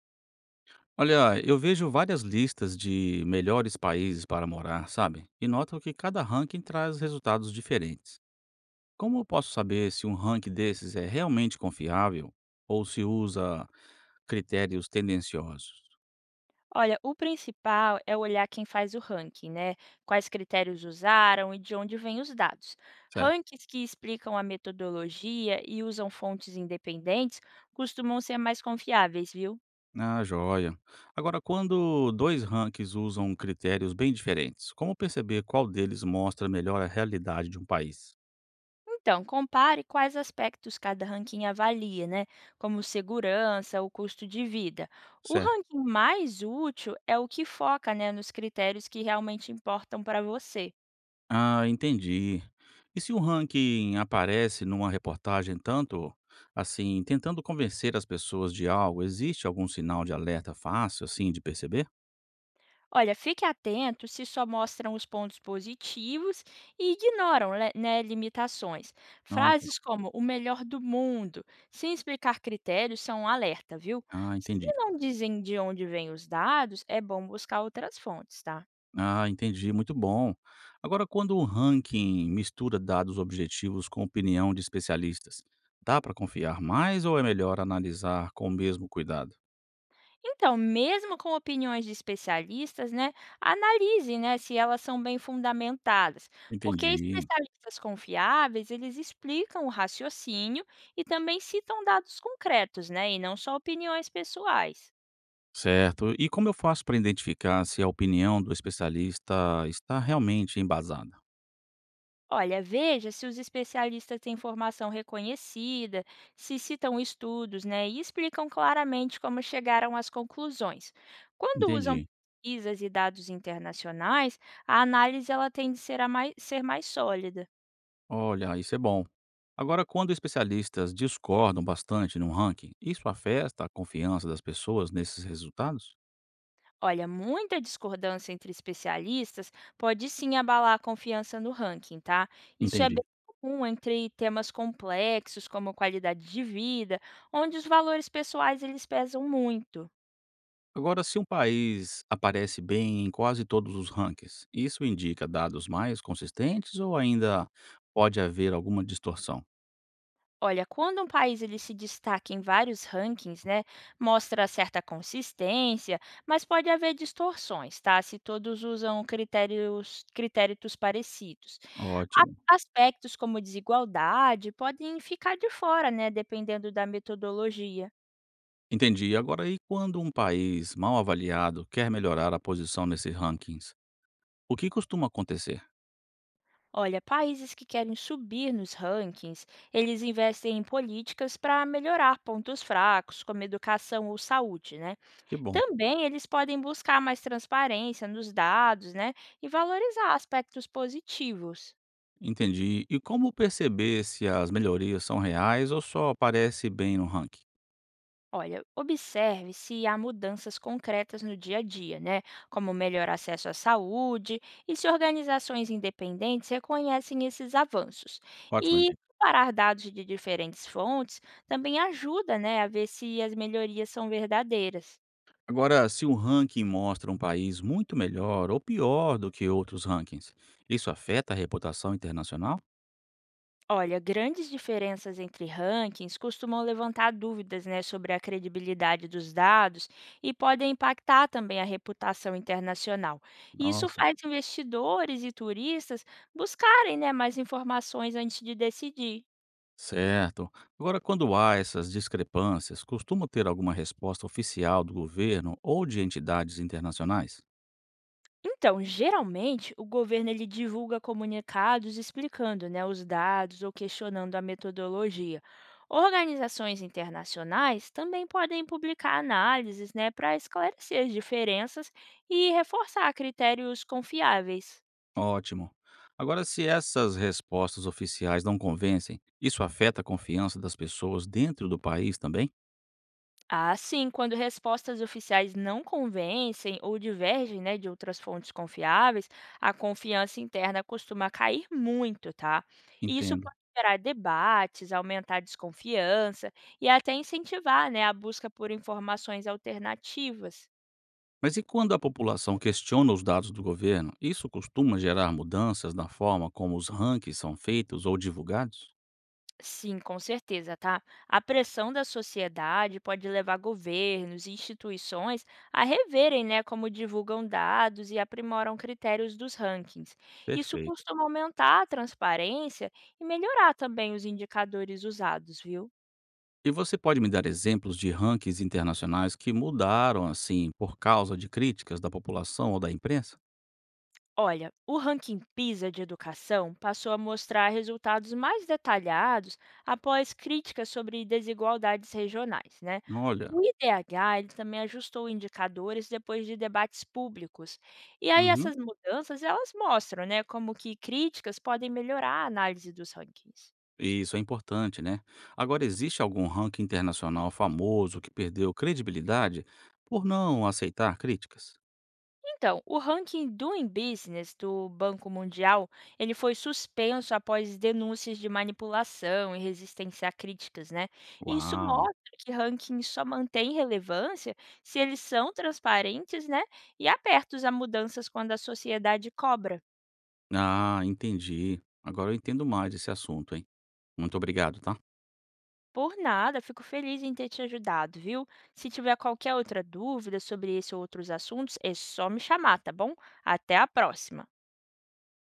Olha, eu vejo várias listas de melhores países para morar, sabe? E noto que cada ranking traz resultados diferentes. Como eu posso saber se um ranking desses é realmente confiável ou se usa critérios tendenciosos? Olha, o principal é olhar quem faz o ranking, né? Quais critérios usaram e de onde vêm os dados. Certo. Rankings que explicam a metodologia e usam fontes independentes costumam ser mais confiáveis, viu? Ah, joia. Agora, quando dois rankings usam critérios bem diferentes, como perceber qual deles mostra melhor a realidade de um país? Então, compare quais aspectos cada ranking avalia, né? Como segurança, o custo de vida. O Certo. ranking mais útil é o que foca, né, nos critérios que realmente importam para você. Ah, entendi. E se o ranking aparece numa reportagem tanto assim, tentando convencer as pessoas de algo, existe algum sinal de alerta fácil assim de perceber? Olha, fique atento se só mostram os pontos positivos e ignoram, né, limitações. Ah, Frases como o melhor do mundo, sem explicar critérios, são um alerta, viu? ah, Se entendi. não dizem de onde vêm os dados, é bom buscar outras fontes, tá? Ah, entendi, muito bom. Agora, quando o ranking mistura dados objetivos com opinião de especialistas, dá para confiar mais ou é melhor analisar com o mesmo cuidado? Então, mesmo com opiniões de especialistas, né, analise, né, se elas são bem fundamentadas, porque Entendi. especialistas confiáveis, eles explicam o raciocínio e também citam dados concretos, né, e não só opiniões pessoais. Certo. E como eu faço para identificar se a opinião do especialista está realmente embasada? Olha, veja se os especialistas têm formação reconhecida, se citam estudos, né, e explicam claramente como chegaram às conclusões. Quando usam Entendi. pesquisas e dados internacionais, a análise ela tende a ser, ser mais sólida. Olha, isso é bom. Agora, quando especialistas discordam bastante num ranking, isso afeta a confiança das pessoas nesses resultados? Olha, muita discordância entre especialistas pode sim abalar a confiança no ranking, tá? Isso é bem Entendi. comum entre temas complexos como qualidade de vida, onde os valores pessoais eles pesam muito. Agora, se um país aparece bem em quase todos os rankings, isso indica dados mais consistentes ou ainda pode haver alguma distorção? Olha, quando um país ele se destaca em vários rankings, né, mostra certa consistência, mas pode haver distorções, tá? Se todos usam critérios parecidos. Ótimo. Aspectos como desigualdade podem ficar de fora, né, dependendo da metodologia. Entendi. Agora, e quando um país mal avaliado quer melhorar a posição nesses rankings, o que costuma acontecer? Olha, países que querem subir nos rankings, eles investem em políticas para melhorar pontos fracos, como educação ou saúde, né? Que bom. Também eles podem buscar mais transparência nos dados, né, e valorizar aspectos positivos. Entendi. E como perceber se as melhorias são reais ou só aparece bem no ranking? Olha, observe se há mudanças concretas no dia a dia, né, como melhor acesso à saúde e se organizações independentes reconhecem esses avanços. Ótima E dica. comparar dados de diferentes fontes também ajuda, né, a ver se as melhorias são verdadeiras. Agora, se o ranking mostra um país muito melhor ou pior do que outros rankings, isso afeta a reputação internacional? Olha, grandes diferenças entre rankings costumam levantar dúvidas, né, sobre a credibilidade dos dados e podem impactar também a reputação internacional. Isso Nossa. faz investidores e turistas buscarem, né, mais informações antes de decidir. Certo. Agora, quando há essas discrepâncias, costuma ter alguma resposta oficial do governo ou de entidades internacionais? Então, geralmente, o governo ele divulga comunicados explicando, né, os dados ou questionando a metodologia. Organizações internacionais também podem publicar análises, né, para esclarecer as diferenças e reforçar critérios confiáveis. Ótimo. Agora, se essas respostas oficiais não convencem, isso afeta a confiança das pessoas dentro do país também? Ah, sim, quando respostas oficiais não convencem ou divergem, né, de outras fontes confiáveis, a confiança interna costuma cair muito, tá? E isso Entendo. pode gerar debates, aumentar a desconfiança e até incentivar, né, a busca por informações alternativas. Mas e quando a população questiona os dados do governo, isso costuma gerar mudanças na forma como os rankings são feitos ou divulgados? Sim, com certeza, tá? A pressão da sociedade pode levar governos e instituições a reverem, né, como divulgam dados e aprimoram critérios dos rankings. Isso Perfeito. costuma aumentar a transparência e melhorar também os indicadores usados, viu? E você pode me dar exemplos de rankings internacionais que mudaram assim por causa de críticas da população ou da imprensa? Olha, o ranking PISA de educação passou a mostrar resultados mais detalhados após críticas sobre desigualdades regionais, né? Olha, O IDH ele também ajustou indicadores depois de debates públicos. E aí uhum, essas mudanças elas mostram, né, como que críticas podem melhorar a análise dos rankings. isso é importante, né? Agora, existe algum ranking internacional famoso que perdeu credibilidade por não aceitar críticas? Então, o ranking Doing Business do Banco Mundial, ele foi suspenso após denúncias de manipulação e resistência a críticas, né? E isso Uau! mostra que rankings só mantêm relevância se eles são transparentes, né? E abertos a mudanças quando a sociedade cobra. Ah, entendi. Agora eu entendo mais esse assunto, hein? Muito obrigado, tá? Por nada, fico feliz em ter te ajudado, viu? Se tiver qualquer outra dúvida sobre esse ou outros assuntos, é só me chamar, tá bom? Até a próxima.